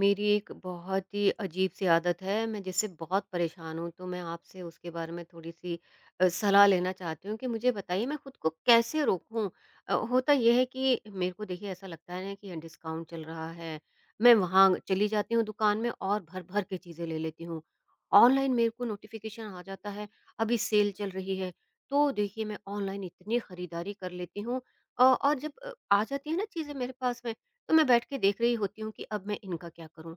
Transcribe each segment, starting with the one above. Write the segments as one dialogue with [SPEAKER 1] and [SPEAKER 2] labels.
[SPEAKER 1] मेरी एक बहुत ही अजीब-सी आदत है, मैं जिससे बहुत परेशान हूँ, तो मैं आपसे उसके बारे में थोड़ी-सी सलाह लेना चाहती हूँ कि मुझे बताइए मैं खुद को कैसे रोकूँ? होता ये है कि मेरे को देखिए ऐसा लगता है ना कि यहाँ डिस्काउंट चल रहा है, मैं वहाँ चली जाती हूँ दुकान में और भर-भर के चीज़ें ले लेती हूँ। ऑनलाइन मेरे को नोटिफ़िकेशन आ जाता है, अभी सेल चल रही है, तो देखिए मैं ऑनलाइन इतनी खरीदारी कर लेती हूँ और जब आ जाती है ना चीज़ें मेरे पास में, तो मैं बैठ के देख रही होती हूँ कि अब मैं इनका क्या करूँ?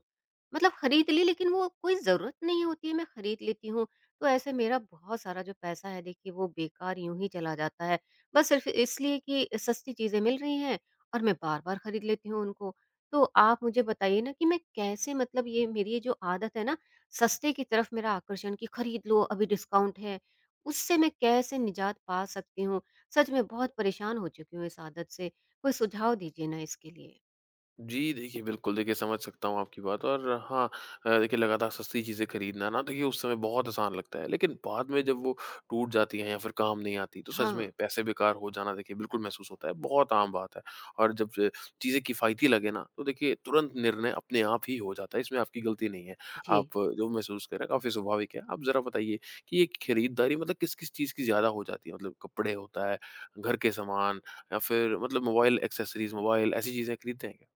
[SPEAKER 1] मतलब खरीद ली लेकिन वो कोई ज़रूरत नहीं होती है, मैं खरीद लेती हूँ। तो ऐसे मेरा बहुत सारा जो पैसा है देखिए वो बेकार यूँ ही चला जाता है। बस सिर्फ़ इसलिए कि सस्ती चीज़ें मिल रही हैं और मैं बार-बार खरीद लेती हूँ उनको। तो आप मुझे बताइए ना कि मैं कैसे मतलब ये मेरी ये जो आदत है ना, सस्ते की तरफ मेरा आकर्षण कि खरीद लो अभी डिस्काउंट है, उससे मैं कैसे निजात पा सकती हूँ? सच में बहुत परेशान हो चुकी हूँ इस आदत से, कोई सुझाव दीजिए ना इसके लिए।
[SPEAKER 2] जी, देखिए बिल्कुल, देखिए समझ सकता हूँ आपकी बात और हाँ, देखिए लगातार सस्ती चीज़ें खरीदना ना देखिए उस समय बहुत आसान लगता है, लेकिन बाद में जब वो टूट जाती हैं या फिर काम नहीं आती, तो सच
[SPEAKER 1] हाँ,
[SPEAKER 2] में पैसे बेकार हो जाना देखिए बिल्कुल महसूस होता है, बहुत आम बात है। और जब ज चीज़ें किफ़ायती लगे ना, तो देखिए तुरंत निर्णय अपने आप ही हो जाता है, इसमें आपकी गलती नहीं है।
[SPEAKER 1] जी।
[SPEAKER 2] आप जो महसूस कर रहे हैं काफ़ी स्वाभाविक है। आप ज़रा बताइए कि ये खरीदारी मतलब किस-किस चीज़ की ज़्यादा हो जाती है? मतलब कपड़े होता है, घर के सामान या फिर मतलब मोबाइल एक्सेसरीज़, मोबाइल ऐसी चीज़ें खरीदते हैं क्या?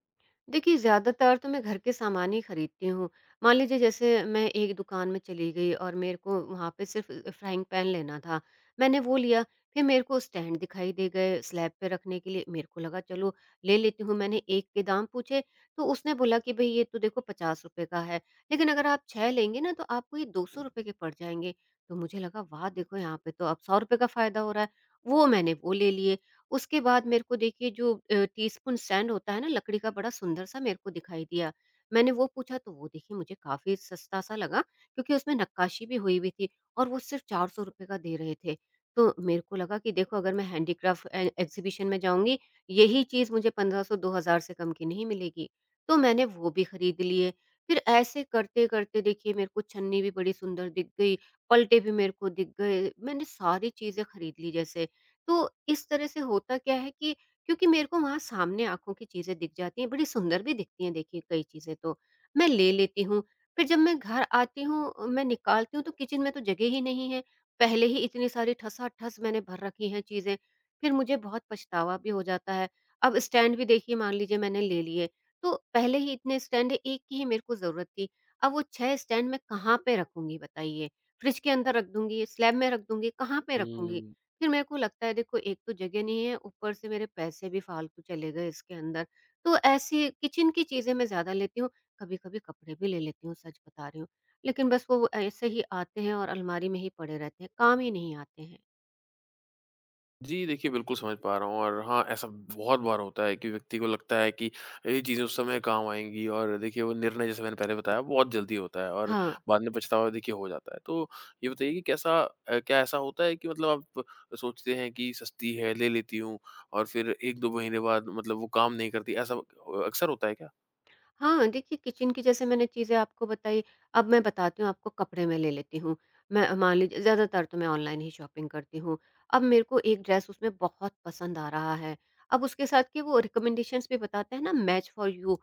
[SPEAKER 1] देखिए ज़्यादातर तो मैं घर के सामान ही खरीदती हूँ। मान लीजिए जैसे मैं एक दुकान में चली गई और मेरे को वहाँ पे सिर्फ़ फ्राइंग पैन लेना था। मैंने वो लिया, फिर मेरे को स्टैंड दिखाई दे गए स्लैब पे रखने के लिए। मेरे को लगा चलो ले लेती हूँ। मैंने एक के दाम पूछे तो उसने बोला कि भई ये तो देखो ₹50 का है, लेकिन अगर आप 6 लेंगे ना तो आपको ये ₹200 के पड़ जाएँगे। तो मुझे लगा वाह! देखो यहाँ पे तो अब ₹100 का फ़ायदा हो रहा है। वो मैंने वो ले लिए। उसके बाद मेरे को देखिए जो टीस्पून स्टैंड होता है ना लकड़ी का बड़ा सुंदर सा मेरे को दिखाई दिया। मैंने वो पूछा तो वो देखिए मुझे काफ़ी सस्ता सा लगा क्योंकि उसमें नक्काशी भी हुई हुई थी और वो सिर्फ़ ₹400 का दे रहे थे। तो मेरे को लगा कि देखो अगर मैं हैंडीक्राफ़्ट ए एग्ज़िबिशन में जाऊँगी, यही चीज़ मुझे 1500-2000 से कम की नहीं मिलेगी। तो मैंने वो भी खरीद लिए। फिर ऐसे करते-करते देखिए मेरे को छन्नी भी बड़ी सुंदर दिख गई, पलटे भी मेरे को दिख गए। मैंने सारी चीज़ें खरीद ली जैसे। तो इस तरह से होता क्या है कि क्योंकि मेरे को वहाँ सामने आँखों की चीज़ें दिख जाती हैं, बड़ी सुंदर भी दिखती हैं देखिए कई चीज़ें तो, मैं ले लेती हूँ। फिर जब मैं घर आती हूँ, मैं निकालती हूँ तो किचन में तो जगह ही नहीं है। पहले ही इतनी सारी ठसाठस मैंने भर रखी हैं चीज़ें, फिर मुझे बहुत पछतावा भी हो जाता है। अब स्टैंड भी देखिए मान लीजिए मैंने ले लिए, तो पहले ही इतने स्टैंड हैं, 1 की ही मेरे को ज़रूरत थी। अब वो 6 स्टैंड मैं कहाँ पे रखूँगी बताइए? फ्रिज के अंदर रख दूँगी, स्लैब में रख दूँगी, कहाँ पे रखूँगी?
[SPEAKER 2] हुँ।
[SPEAKER 1] फिर मेरे को लगता है देखो एक तो जगह नहीं है, ऊपर से मेरे पैसे भी फ़ालतू चले गए इसके अंदर। तो ऐसी किचन की चीज़ें मैं ज़्यादा लेती हूँ, कभी-कभी कपड़े भी ले लेती हूँ, सच बता रही हूँ। लेकिन बस वो ऐसे ही आते हैं और अलमारी में ही पड़े रहते हैं, काम ही नहीं आते हैं।
[SPEAKER 2] जी, देखिए बिल्कुल समझ पा रहा हूँ और हाँ, ऐसा बहुत बार होता है कि व्यक्ति को लगता है कि ये चीज़ें उस समय काम आएँगी और देखिए वो निर्णय जैसे मैंने पहले बताया बहुत जल्दी होता है और
[SPEAKER 1] हाँ।
[SPEAKER 2] बाद में पछतावा देखिए हो जाता है। तो ये बताइए कि कैसा, क्या ऐसा होता है कि मतलब आप सोचते हैं कि सस्ती है, ले लेती हूँ और फिर 1-2 महीने बाद मतलब वो काम नहीं करती, ऐसा अक्सर होता है क्या?
[SPEAKER 1] हाँ, देखिए किचन की जैसे मैंने चीज़ें आपको बताई, अब मैं बताती हूँ आपको कपड़े में ले लेती हूँ। मैं मान लीजिए ज़्यादातर तो मैं ऑनलाइन ही शॉपिंग करती हूँ। अब मेरे को एक ड्रेस उसमें बहुत पसंद आ रहा है, अब उसके साथ के वो रिकमेंडेशंस भी बताते हैं ना मैच फॉर यू,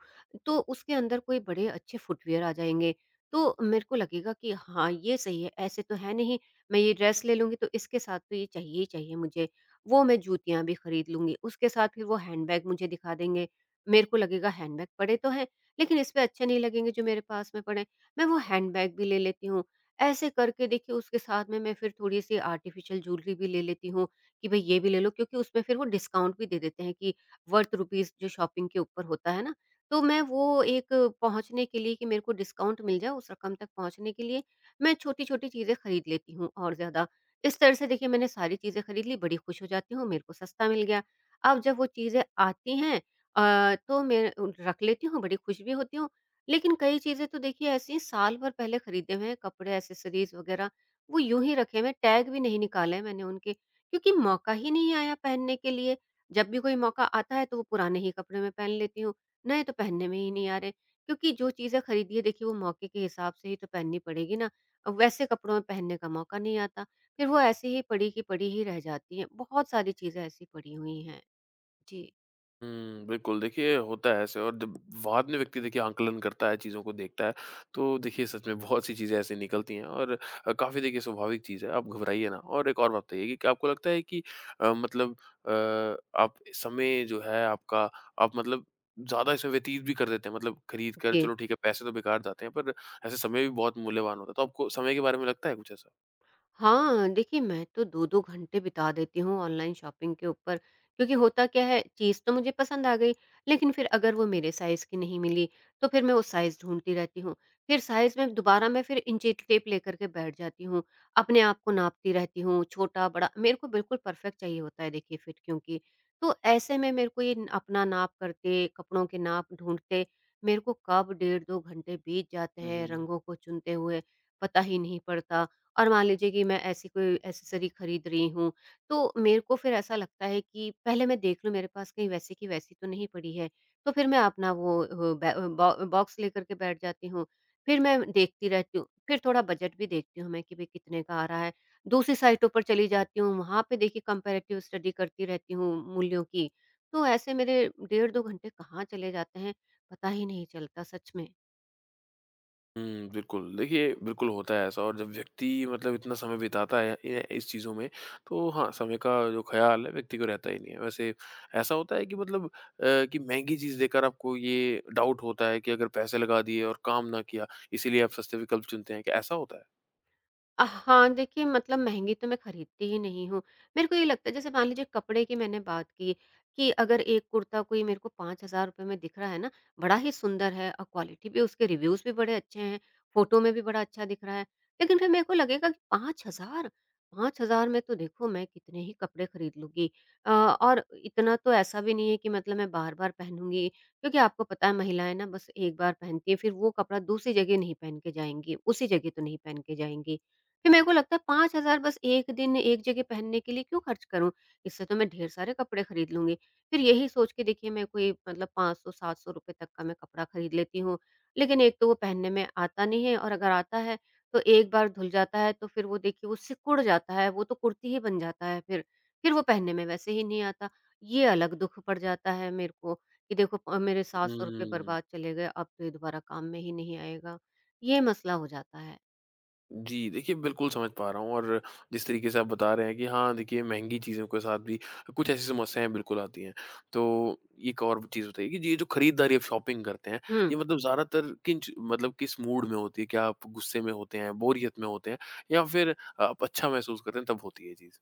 [SPEAKER 1] तो उसके अंदर कोई बड़े अच्छे फुटवियर आ जाएँगे। तो मेरे को लगेगा कि हाँ, ये सही है, ऐसे तो है नहीं, मैं ये ड्रेस ले लूँगी तो इसके साथ तो ये चाहिए ही चाहिए मुझे। वो मैं जूतियाँ भी खरीद लूँगी, उसके साथ फिर वो हैंडबैग मुझे दिखा देंगे। मेरे को लगेगा हैंडबैग पड़े तो हैं लेकिन इसमें अच्छे नहीं लगेंगे जो मेरे पास में पड़े हैं। मैं वो हैंडबैग भी ले लेती हूँ। ऐसे करके देखिए उसके साथ में मैं फिर थोड़ी-सी आर्टिफ़िशियल ज्वेलरी भी ले लेती हूँ कि भई ये भी ले लो क्योंकि उसमें फिर वो डिस्काउंट भी दे देते हैं कि वर्थ रुपीज़ जो शॉपिंग के ऊपर होता है ना, तो मैं वो एक पहुँचने के लिए कि मेरे को डिस्काउंट मिल जाए उस रकम तक पहुँचने के लिए, मैं छोटी-छोटी चीज़ें खरीद लेती हूँ और ज़्यादा। इस तरह से देखिए मैंने सारी चीज़ें खरीद ली, बड़ी खुश हो जाती हूँ, मेरे को सस्ता मिल गया। अब जब वो चीज़ें आती हैं तो मैं रख लेती हूँ, बड़ी खुश भी होती हूँ, लेकिन कई चीज़ें तो देखिए ऐसी हैं साल भर पहले खरीदे हुए हैं कपड़े, एक्सेसरीज़ वग़ैरह, वो यूँ ही रखे हुए हैं, टैग भी नहीं निकाले हैं मैंने उनके, क्योंकि मौका ही नहीं आया पहनने के लिए। जब भी कोई मौका आता है तो वो पुराने ही कपड़े मैं पहन लेती हूँ, नए तो पहनने में ही नहीं आ रहे। क्योंकि जो चीज़ें खरीदी है देखिए वो मौके के हिसाब से ही तो पहननी पड़ेगी ना, अब वैसे कपड़ों में पहनने का मौका नहीं आता, फिर वो ऐसे ही पड़ी की पड़ी ही रह जाती हैं। बहुत सारी चीज़ें ऐसी पड़ी हुई हैं। जी।
[SPEAKER 2] हुँ, बिल्कुल, देखिए होता है ऐसे और जब बाद में व्यक्ति देखिए आंकलन करता है, चीज़ों को देखता है, तो देखिए सच में बहुत सी चीज़ें ऐसी निकलती हैं और काफ़ी देखिए स्वाभाविक चीज़ है, आप घबराइए ना। और एक और बात बताइए कि क्या आपको लगता है कि अ, मतलब अ, आप समय जो है आपका, आप मतलब ज़्यादा इसमें व्यतीत भी कर देते हैं? मतलब खरीद कर
[SPEAKER 1] जी।
[SPEAKER 2] चलो ठीक है, पैसे तो बेकार जाते हैं, पर ऐसे समय भी बहुत मूल्यवान होता है, तो आपको समय के बारे में लगता है कुछ ऐसा?
[SPEAKER 1] हाँ, देखिए मैं तो 2-2 घंटे बिता देती हूँ ऑनलाइन शॉपिंग के ऊपर, क्योंकि होता क्या है चीज़ तो मुझे पसंद आ गई, लेकिन फिर अगर वो मेरे साइज़ की नहीं मिली, तो फिर मैं वो साइज़ ढूँढती रहती हूँ। फिर साइज़ में दोबारा मैं फिर इंची टेप लेकर के बैठ जाती हूँ, अपने आप को नापती रहती हूँ, छोटा-बड़ा मेरे को बिल्कुल परफेक्ट चाहिए होता है देखिए फिट क्योंकि। तो ऐसे में मेरे को ये न- अपना नाप करते, कपड़ों के नाप ढूँढते, मेरे को कब डेढ़ 2 घंटे बीत जाते
[SPEAKER 2] हुँ, हुँ,
[SPEAKER 1] हैं
[SPEAKER 2] हुँ।
[SPEAKER 1] रंगों को चुनते हुए, पता ही नहीं पड़ता। और मान लीजिए कि मैं ऐसी कोई एक्सेसरी खरीद रही हूँ, तो मेरे को फिर ऐसा लगता है कि पहले मैं देख लूँ मेरे पास कहीं वैसी की वैसी तो नहीं पड़ी है। तो फिर मैं अपना वो अ, बै अ, बॉ बॉक्स लेकर के बैठ जाती हूँ। फिर मैं देखती रहती हूँ, फिर थोड़ा बजट भी देखती हूँ मैं कि भई कितने का आ रहा है। दूसरी साइटों पर चली जाती हूँ, वहाँ पे देखिए कंपैरेटिव स्टडी करती रहती हूँ मूल्यों की। तो ऐसे मेरे डेढ़ 2 घंटे कहाँ चले जाते हैं, पता ही नहीं चलता सच में।
[SPEAKER 2] हुँ, बिल्कुल। देखिए, बिल्कुल होता है ऐसा और जब व्यक्ति मतलब इतना समय बिताता है इ इस चीज़ों में, तो हाँ, समय का जो ख़्याल है व्यक्ति को रहता ही नहीं है। वैसे ऐसा होता है कि मतलब, कि महँगी चीज़ देखकर आपको ये डाउट होता है कि अगर पैसे लगा दिए और काम ना किया, इसीलिए आप सस्ते विकल्प चुनते हैं, क्या ऐसा होता है?
[SPEAKER 1] हाँ, देखिए मतलब महँगी तो मैं खरीदती ही नहीं हूँ। मेरे को ये लगता है जैसे मान लीजिए कपड़े की मैंने बात की, कि अगर एक कुर्ता कोई मेरे को ₹5000 में दिख रहा है ना, बड़ा ही सुंदर है और क्वालिटी भी उसके रिव्यूज़ भी बड़े अच्छे हैं, फोटो में भी बड़ा अच्छा दिख रहा है। लेकिन फिर मेरे को लगेगा कि 5000 में तो देखो मैं कितने ही कपड़े खरीद लूँगी। और इतना तो ऐसा भी नहीं है कि मतलब मैं बार-बार पहनूँगी, क्योंकि आपको पता है महिलाएँ ना बस एक बार पहनती हैं, फिर वो कपड़ा दूसरी जगह नहीं पहन के जाएँगी, उसी जगह तो नहीं पहन के जाएँगी। फिर मेरे को लगता है 5,000 बस 1 दिन एक जगह पहनने के लिए क्यों खर्च करूँ? इससे तो मैं ढेर सारे कपड़े खरीद लूँगी। फिर यही सोच के देखिए मैं कोई मतलब 500-700 रुपए तक का मैं कपड़ा खरीद लेती हूँ। लेकिन एक तो वो पहनने में आता नहीं है और अगर आता है तो एक बार धुल जाता है तो फिर वो देखिए वो सिकुड़ जाता है, वो तो कुर्ती ही बन जाता है फिर। फिर वो पहनने में वैसे ही नहीं आता। ये अलग दुःख पड़ जाता है मेरे को कि देखो मेरे ₹700
[SPEAKER 2] हुँ।
[SPEAKER 1] बर्बाद चले गए, अब तो ये दोबारा काम में ही नहीं आएगा। ये मसला हो जाता है।
[SPEAKER 2] जी, देखिए बिल्कुल समझ पा रहा हूँ और जिस तरीके से आप बता रहे हैं कि हाँ, देखिए महँगी चीज़ों के साथ भी कुछ ऐसी समस्याएँ बिल्कुल आती हैं। तो एक और चीज़ बताइए कि ये जो खरीदारी आप शॉपिंग करते हैं,
[SPEAKER 1] हुँ।
[SPEAKER 2] ये मतलब ज़्यादातर किन च मतलब किस मूड में होती है? क्या आप गुस्से में होते हैं, बोरियत में होते हैं या फिर आप अच्छा महसूस करते हैं तब होती है ये चीज़?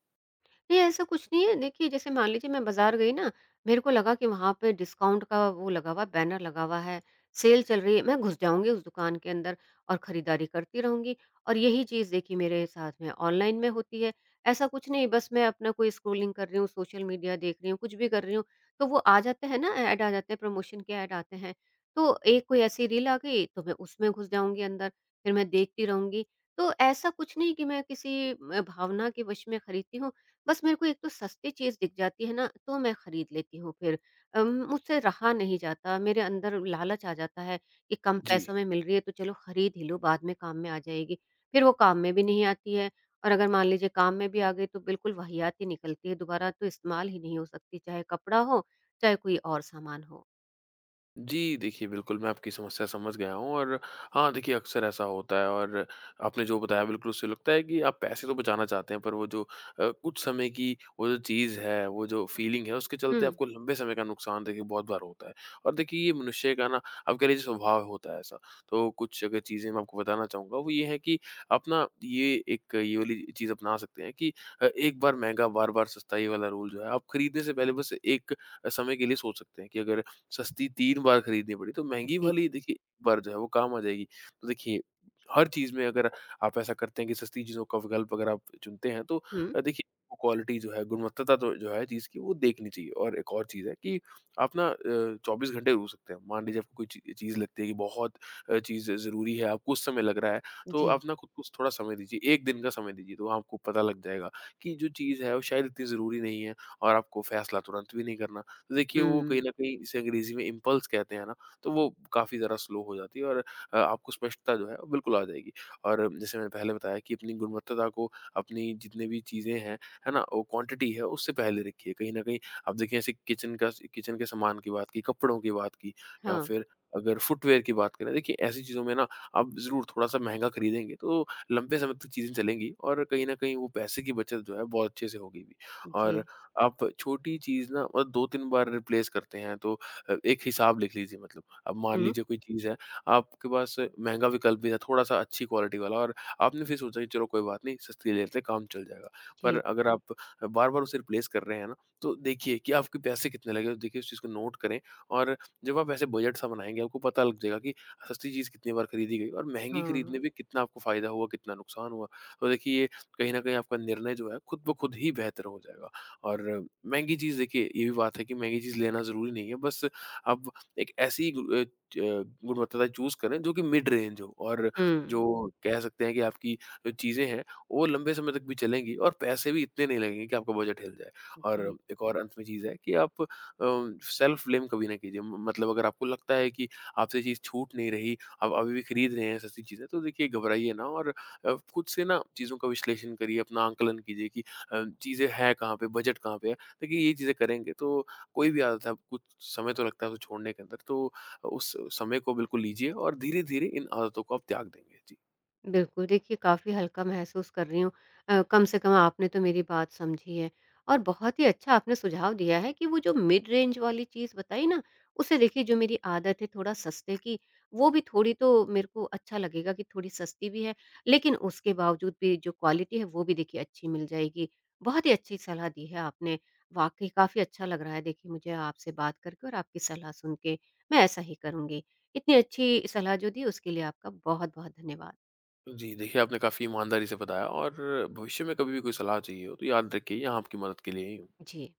[SPEAKER 1] नहीं, ऐसा कुछ नहीं है। देखिए, जैसे मान लीजिए मैं बाज़ार गई ना, मेरे को लगा कि वहाँ पे डिस्काउंट का वो लगा हुआ है, बैनर लगा हुआ है, सेल चल रही है। मैं घुस जाऊँगी उस दुकान के अंदर और खरीदारी करती रहूँगी और यही चीज़ देखिए मेरे साथ में ऑनलाइन में होती है। ऐसा कुछ नहीं, बस मैं अपना कोई स्क्रॉलिंग कर रही हूँ, सोशल मीडिया देख रही हूँ, कुछ भी कर रही हूँ, तो वो आ जाते हैं ना ऐड आ जाते हैं, प्रमोशन के ऐड आते हैं। तो एक कोई ऐसी रील आ गई, तो मैं उसमें घुस जाऊँगी अंदर, फिर मैं देखती रहूँगी। तो ऐसा कुछ नहीं कि मैं किसी भावना के वश में खरीदती हूँ। बस मेरे को एक तो सस्ती चीज़ दिख जाती है ना, तो मैं खरीद लेती हूँ फिर। मुझसे रहा नहीं जाता, मेरे अंदर लालच आ जाता है कि कम
[SPEAKER 2] जी।
[SPEAKER 1] पैसों में मिल रही है तो चलो खरीद ही लूँ, बाद में काम में आ जाएगी। फिर वो काम में भी नहीं आती है और अगर मान लीजिए काम में भी आ गई तो बिल्कुल वाहियात ही निकलती है, दोबारा तो इस्तेमाल ही नहीं हो सकती, चाहे कपड़ा हो, चाहे कोई और सामान हो।
[SPEAKER 2] जी, देखिए बिल्कुल, मैं आपकी समस्या समझ गया हूँ और हाँ, देखिए अक्सर ऐसा होता है और आपने जो बताया बिल्कुल उससे लगता है कि आप पैसे तो बचाना चाहते हैं पर वो जो, कुछ समय की वो जो चीज़ है, वो जो फीलिंग है उसके
[SPEAKER 1] हुँ,
[SPEAKER 2] चलते आपको लंबे समय का नुकसान देखिए बहुत बार होता है। और देखिए ये मनुष्य का ना, आप कह लीजिए स्वभाव होता है ऐसा। तो कुछ अगर चीज़ें मैं आपको बताना चाहूँगा वो ये है कि आप ना ये एक ये वाली चीज़ अपना सकते हैं कि एक बार महँगा, बार-बार सस्ता, ये वाला रूल जो है आप खरीदने से पहले बस एक समय के लिए सोच सकते हैं कि अगर सस्ती 3 बार खरीदनी पड़ी, तो महँगी
[SPEAKER 1] जी।
[SPEAKER 2] वाली देखिए एक बार जो है वो काम आ जाएगी। तो देखिए हर चीज़ में अगर आप ऐसा करते हैं कि सस्ती चीज़ों का विकल्प अगर आप चुनते हैं तो,
[SPEAKER 1] हुँ,
[SPEAKER 2] देखिए वो क्वालिटी जो है, गुणवत्ता तो जो है चीज़ की वो देखनी चाहिए। और एक और चीज़ है कि आप ना 24 घंटे रुक सकते हैं। मान लीजिए आपको कोई ची चीज़ लगती है कि बहुत चीज़ ज़रूरी है, आपको उस समय लग रहा है, तो
[SPEAKER 1] जी।
[SPEAKER 2] आप ना खुद को स थोड़ा समय दीजिए, 1 दिन का समय दीजिए, तो आपको पता लग जाएगा कि जो चीज़ है वो शायद इतनी ज़रूरी नहीं है और आपको फैसला तुरंत भी नहीं करना। तो देखिए वो कहीं
[SPEAKER 1] हुँ,
[SPEAKER 2] न कहीं जिसे अंग्रेज़ी में इम्पल्स कहते हैं ना, तो वो काफ़ी ज़्यादा स्लो हो जाती है और, आपको स्पष्टता जो है वो बिल्कुल आ जाएगी। और जैसे मैंने पहले बताया कि अपनी गुणवत्ता को, अपनी जितनी भी चीज़ें हैं, है ना? वो क्वांटिटी है उससे पहले रखिए। कहीं न कहीं आप देखिए ऐसे किचन का, किचन के सामान की बात की, कपड़ों की बात की या
[SPEAKER 1] हाँ,
[SPEAKER 2] फिर अगर फुटवियर की बात करें, देखिए ऐसी चीज़ों में ना आप ज़रूर थोड़ा-सा महँगा खरीदेंगे तो लंबे समय तक चीज़ें चलेंगी और कहीं न कहीं वो पैसे की बचत जो है बहुत अच्छे से होगी भी। और
[SPEAKER 1] जी।
[SPEAKER 2] आप छोटी चीज़ ना 2-3 बार रिप्लेस करते हैं तो एक हिसाब लिख लीजिए मतलब। अब मान
[SPEAKER 1] हुँ,
[SPEAKER 2] लीजिए कोई चीज़ है, आपके पास महँगा विकल्प भी था, थोड़ा-सा अच्छी क्वालिटी वाला और आपने फिर सोचा कि चलो कोई बात नहीं, सस्ती ले लेते हैं, काम चल जाएगा। पर
[SPEAKER 1] जी,
[SPEAKER 2] अगर आप बार-बार उसे रिप्लेस कर रहे हैं ना, तो देखिए कि आपके पैसे कितने लगे, तो देखिए उस चीज़ को नोट करें और जब आप ऐसे बजट सा बनाएँगे, आपको पता लग जाएगा कि सस्ती चीज़ कितनी बार खरीदी गई और महँगी खरीदने
[SPEAKER 1] हाँ।
[SPEAKER 2] में कितना आपको फ़ायदा हुआ, कितना नुकसान हुआ। तो देखिए, ये कहीं न कहीं आपका निर्णय जो है खुद ब खुद ही बेहतर हो जाएगा। और महँगी चीज़ देखिए ये भी बात है कि महँगी चीज़ लेना ज़रूरी नहीं है, बस आप एक ऐसी गु अ, च अ, गुणवत्ता चूज़ करें जो कि मिड रेंज हो और जो
[SPEAKER 1] हुँ,
[SPEAKER 2] कह सकते हैं कि आपकी जो चीज़ें हैं, वो लंबे समय तक भी चलेंगी और पैसे भी इतने नहीं लगेंगे कि आपका बजट हिल जाए।
[SPEAKER 1] जी।
[SPEAKER 2] और एक और अंत में चीज़ है कि आप सेल्फ ब्लेम कभी ना कीजिए, म मतलब अगर आपको लगता है कि आपसे ये चीज़ छूट नहीं रही, आप अभी भी खरीद रहे हैं सस्ती चीज़ें, तो देखिए घबराइए ना और खुद से ना चीज़ों का विश्लेषण करिए, अपना आंकलन कीजिए कि चीज़ें हैं कहाँ पे, बजट कहाँ पे है। देखिए ये चीज़ें करेंगे तो कोई भी आदत है आपको कुछ समय तो लगता है उसे छोड़ने के अंदर, तो उस समय को बिल्कुल लीजिए और धीरे-धीरे इन आदतों को आप त्याग देंगे। जी।
[SPEAKER 1] बिल्कुल, देखिए काफ़ी हल्का महसूस कर रही हूँ। कम से कम आपने तो मेरी बात समझी है और बहुत ही अच्छा आपने सुझाव दिया है कि वो जो मिड रेंज वाली चीज़ बताई ना, उसे देखिए जो मेरी आदत है थोड़ा सस्ते की, वो भी थोड़ी तो मेरे को अच्छा लगेगा कि थोड़ी सस्ती भी है, लेकिन उसके बावजूद भी जो क्वालिटी है वो भी देखिए अच्छी मिल जाएगी। बहुत ही अच्छी सलाह दी है आपने, वाक़ई काफ़ी अच्छा लग रहा है देखिए मुझे आपसे बात करके और आपकी सलाह सुन के, मैं ऐसा ही करूँगी। इतनी अच्छी सलाह जो दी उसके लिए आपका बहुत-बहुत धन्यवाद।
[SPEAKER 2] जी, देखिए आपने काफ़ी ईमानदारी से बताया और भविष्य में कभी भी कोई सलाह चाहिए हो तो याद रखिए यहाँ आपकी मदद के लिए ही हूँ।
[SPEAKER 1] जी